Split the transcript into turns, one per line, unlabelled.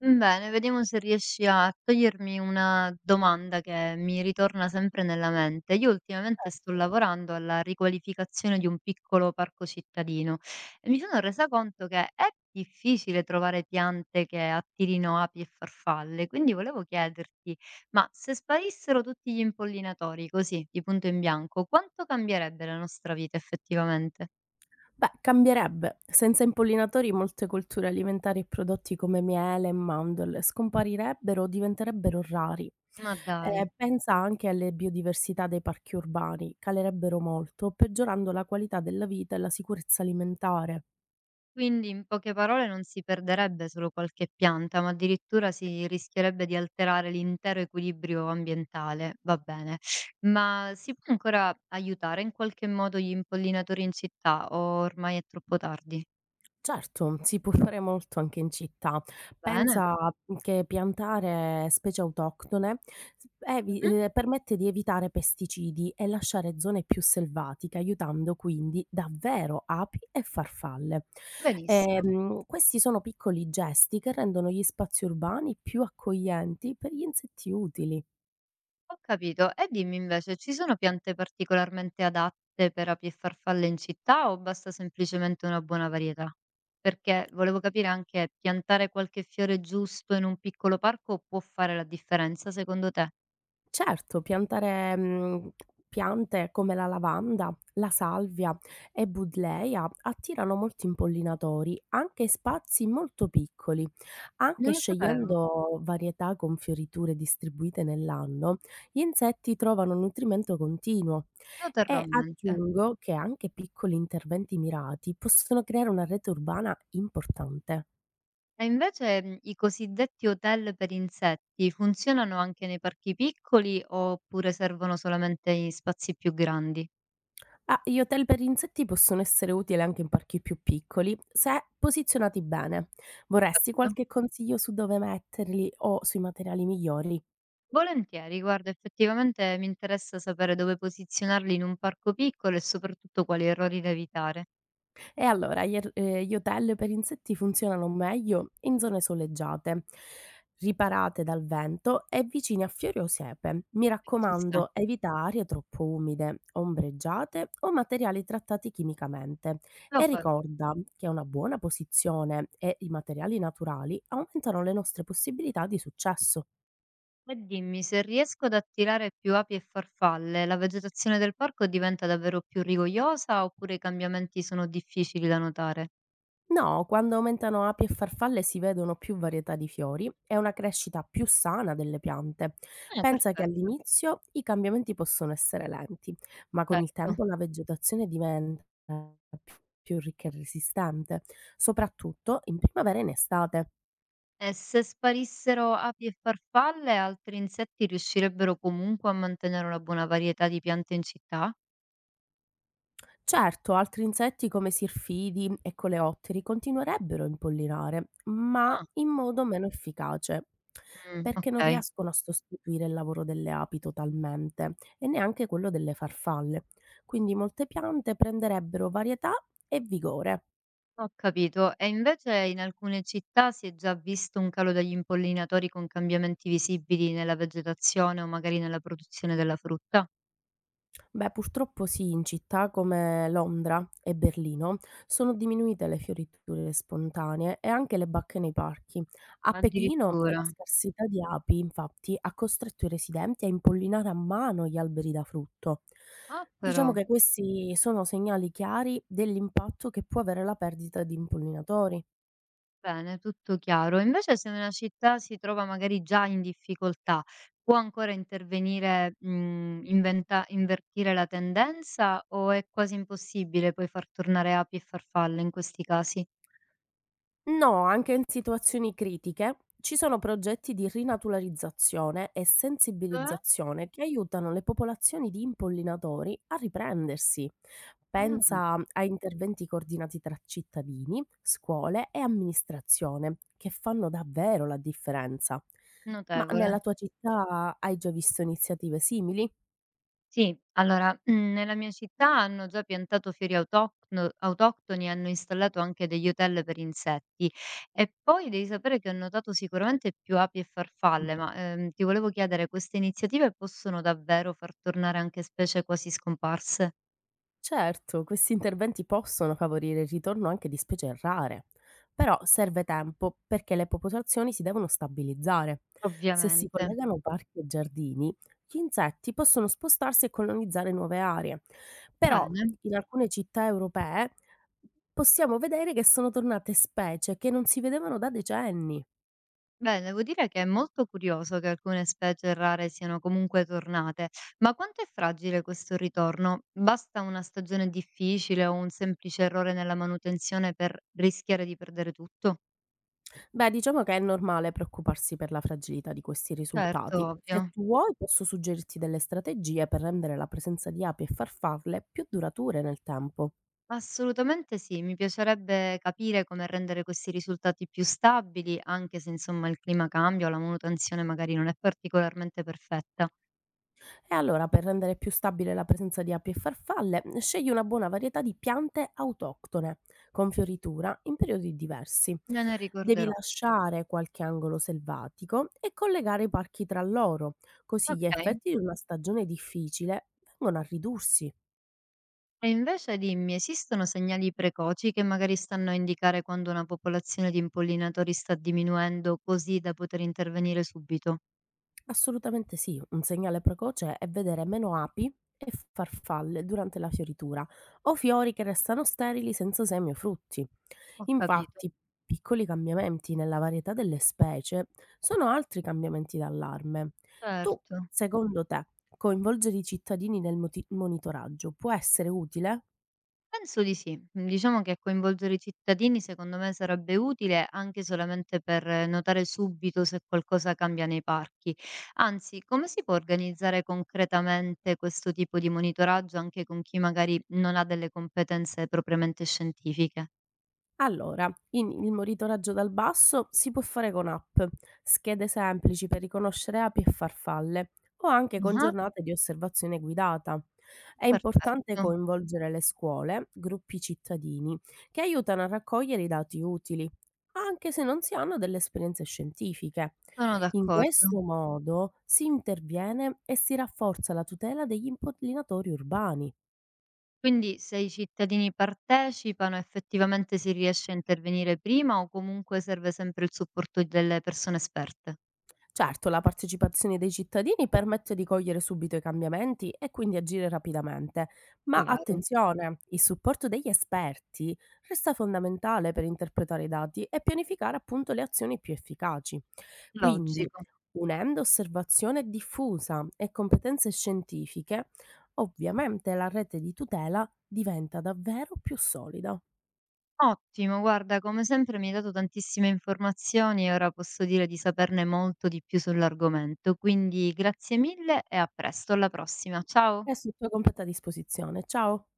Mhmm, bene, vediamo se riesci a togliermi una domanda che mi ritorna sempre nella mente. Io ultimamente sto lavorando alla riqualificazione di un piccolo parco cittadino e mi sono resa conto che è difficile trovare piante che attirino api e farfalle, quindi volevo chiederti: ma se sparissero tutti gli impollinatori così, di punto in bianco, quanto cambierebbe la nostra vita effettivamente?
Beh, cambierebbe. Senza impollinatori molte colture alimentari e prodotti come miele e mandorle scomparirebbero o diventerebbero rari.
Ma dai.
Pensa anche alle biodiversità dei parchi urbani, calerebbero molto, peggiorando la qualità della vita e la sicurezza alimentare.
Quindi in poche parole non si perderebbe solo qualche pianta, ma addirittura si rischierebbe di alterare l'intero equilibrio ambientale. Va bene. Ma si può ancora aiutare in qualche modo gli impollinatori in città o ormai è troppo tardi?
Certo, si può fare molto anche in città.
Bene.
Pensa che piantare specie autoctone s evi
Mhm.
permette di evitare pesticidi e lasciare zone più selvatiche, aiutando quindi davvero api e farfalle.
Benissimo.
Questi sono piccoli gesti che rendono gli spazi urbani più accoglienti per gli insetti utili.
Ho capito. E dimmi invece, ci sono piante particolarmente adatte per api e farfalle in città o basta semplicemente una buona varietà? Perché volevo capire anche piantare qualche fiore giusto in un piccolo parco può fare la differenza secondo te?
Certo, piantare, piante come la lavanda, la salvia e budleia attirano molti impollinatori, anche in spazi molto piccoli.
Non
Anche
lo sapevo,
scegliendo varietà con fioriture distribuite nell'anno, gli insetti trovano nutrimento continuo.
lo terrò a
E
mente.
aggiungo che anche piccoli interventi mirati possono creare una rete urbana importante.
E invece i cosiddetti hotel per insetti funzionano anche nei parchi piccoli oppure servono solamente in spazi più grandi?
Ah, gli hotel per insetti possono essere utili anche in parchi più piccoli, se posizionati bene.
Ho
Vorresti
capito.
qualche consiglio su dove metterli o sui materiali migliori?
Volentieri, guarda, effettivamente mi interessa sapere dove posizionarli in un parco piccolo e soprattutto quali errori da evitare.
E allora gli hotel per insetti funzionano meglio in zone soleggiate, riparate dal vento e vicine a fiori o siepe. Mi
Ci sta.
raccomando, evita aree troppo umide, ombreggiate o materiali trattati chimicamente.
Lo
E
farò.
ricorda che una buona posizione e i materiali naturali aumentano le nostre possibilità di successo.
E dimmi, se riesco ad attirare più api e farfalle, la vegetazione del parco diventa davvero più rigogliosa oppure i cambiamenti sono difficili da notare?
No, quando aumentano api e farfalle si vedono più varietà di fiori e una crescita più sana delle piante.
Ah,
Pensa che
perfetto,
all'inizio i cambiamenti possono essere lenti, ma con il
certo.
tempo la vegetazione diventa più ricca e resistente, soprattutto in primavera e in estate.
E se sparissero api e farfalle, altri insetti riuscirebbero comunque a mantenere una buona varietà di piante in città?
Certo, altri insetti come sirfidi e coleotteri continuerebbero a impollinare, ma
Ah,
in modo meno efficace,
Mm,
perché non
ok.
riescono a sostituire il lavoro delle api totalmente e neanche quello delle farfalle. Quindi molte piante prenderebbero varietà e vigore.
Ho capito. E invece in alcune città si è già visto un calo degli impollinatori con cambiamenti visibili nella vegetazione o magari nella produzione della frutta?
Beh, purtroppo sì, in città come Londra e Berlino sono diminuite le fioriture spontanee e anche le bacche nei parchi. A Pechino la
Addirittura.
scarsità di api, infatti, ha costretto i residenti a impollinare a mano gli alberi da frutto.
Ah,
Diciamo
però,
che questi sono segnali chiari dell'impatto che può avere la perdita di impollinatori.
bene, tutto chiaro. Invece se una città si trova magari già in difficoltà, può ancora intervenire, invertire la tendenza o è quasi impossibile poi far tornare api e farfalle in questi casi?
No, anche in situazioni critiche ci sono progetti di rinaturalizzazione e
Eh?
sensibilizzazione che aiutano le popolazioni di impollinatori a riprendersi.
Ah,
Pensa a interventi coordinati tra cittadini, scuole e amministrazione, che fanno davvero la differenza. Ma
notevole.
nella tua città hai già visto iniziative simili?
Sì, allora, mhmm, nella mia città hanno già piantato fiori autocno autoctoni e hanno installato anche degli hotel per insetti. E poi devi sapere che ho notato sicuramente più api e farfalle, ma, ti volevo chiedere, queste iniziative possono davvero far tornare anche specie quasi scomparse?
Certo, questi interventi possono favorire il ritorno anche di specie rare, però serve tempo perché le popolazioni si devono stabilizzare. Se si
Ovviamente.
collegano parchi e giardini, gli insetti possono spostarsi e colonizzare nuove aree, però
Bene.
in alcune città europee possiamo vedere che sono tornate specie che non si vedevano da decenni.
Beh, devo dire che è molto curioso che alcune specie rare siano comunque tornate, ma quanto è fragile questo ritorno? Basta una stagione difficile o un semplice errore nella manutenzione per rischiare di perdere tutto?
Beh, diciamo che è normale preoccuparsi per la fragilità di questi
Certo,
risultati. Se
ovvio.
tu vuoi, posso suggerirti delle strategie per rendere la presenza di api e farfalle più durature nel tempo.
Assolutamente sì, mi piacerebbe capire come rendere questi risultati più stabili, anche se insomma il clima cambia o la manutenzione magari non è particolarmente perfetta.
E allora, per rendere più stabile la presenza di api e farfalle, scegli una buona varietà di piante autoctone, con fioritura in periodi diversi.
Me ne
Devi
ricorderò.
lasciare qualche angolo selvatico e collegare i parchi tra loro, così gli
Ok.
effetti di una stagione difficile vengono a ridursi.
E invece dimmi, esistono segnali precoci che magari stanno a indicare quando una popolazione di impollinatori sta diminuendo così da poter intervenire subito?
Assolutamente sì, un segnale precoce è vedere meno api e farfalle durante la fioritura o fiori che restano sterili senza semi o frutti.
Ho capito.
Infatti, piccoli cambiamenti nella varietà delle specie sono altri cambiamenti d'allarme. Tu,
Certo.
secondo te, coinvolgere i cittadini nel monitoraggio può essere utile?
Penso di sì. Diciamo che coinvolgere i cittadini secondo me sarebbe utile anche solamente per notare subito se qualcosa cambia nei parchi. Anzi, come si può organizzare concretamente questo tipo di monitoraggio anche con chi magari non ha delle competenze propriamente scientifiche?
Allora, in il monitoraggio dal basso si può fare con app, schede semplici per riconoscere api e farfalle o anche con
Ah,
giornate di osservazione guidata. È importante
perfetto.
coinvolgere le scuole, gruppi cittadini, che aiutano a raccogliere i dati utili, anche se non si hanno delle esperienze scientifiche.
Sono
In
d'accordo.
questo modo si interviene e si rafforza la tutela degli impollinatori urbani.
Quindi se i cittadini partecipano, effettivamente si riesce a intervenire prima o comunque serve sempre il supporto delle persone esperte?
Certo, la partecipazione dei cittadini permette di cogliere subito i cambiamenti e quindi agire rapidamente, ma
Chiaro,
attenzione, il supporto degli esperti resta fondamentale per interpretare i dati e pianificare appunto le azioni più efficaci. Quindi,
logico.
unendo osservazione diffusa e competenze scientifiche, ovviamente la rete di tutela diventa davvero più solida.
Ottimo, guarda, come sempre mi hai dato tantissime informazioni e ora posso dire di saperne molto di più sull'argomento. Quindi grazie mille e a presto, alla prossima. Ciao.
Adesso è tutto completamente a disposizione. Ciao!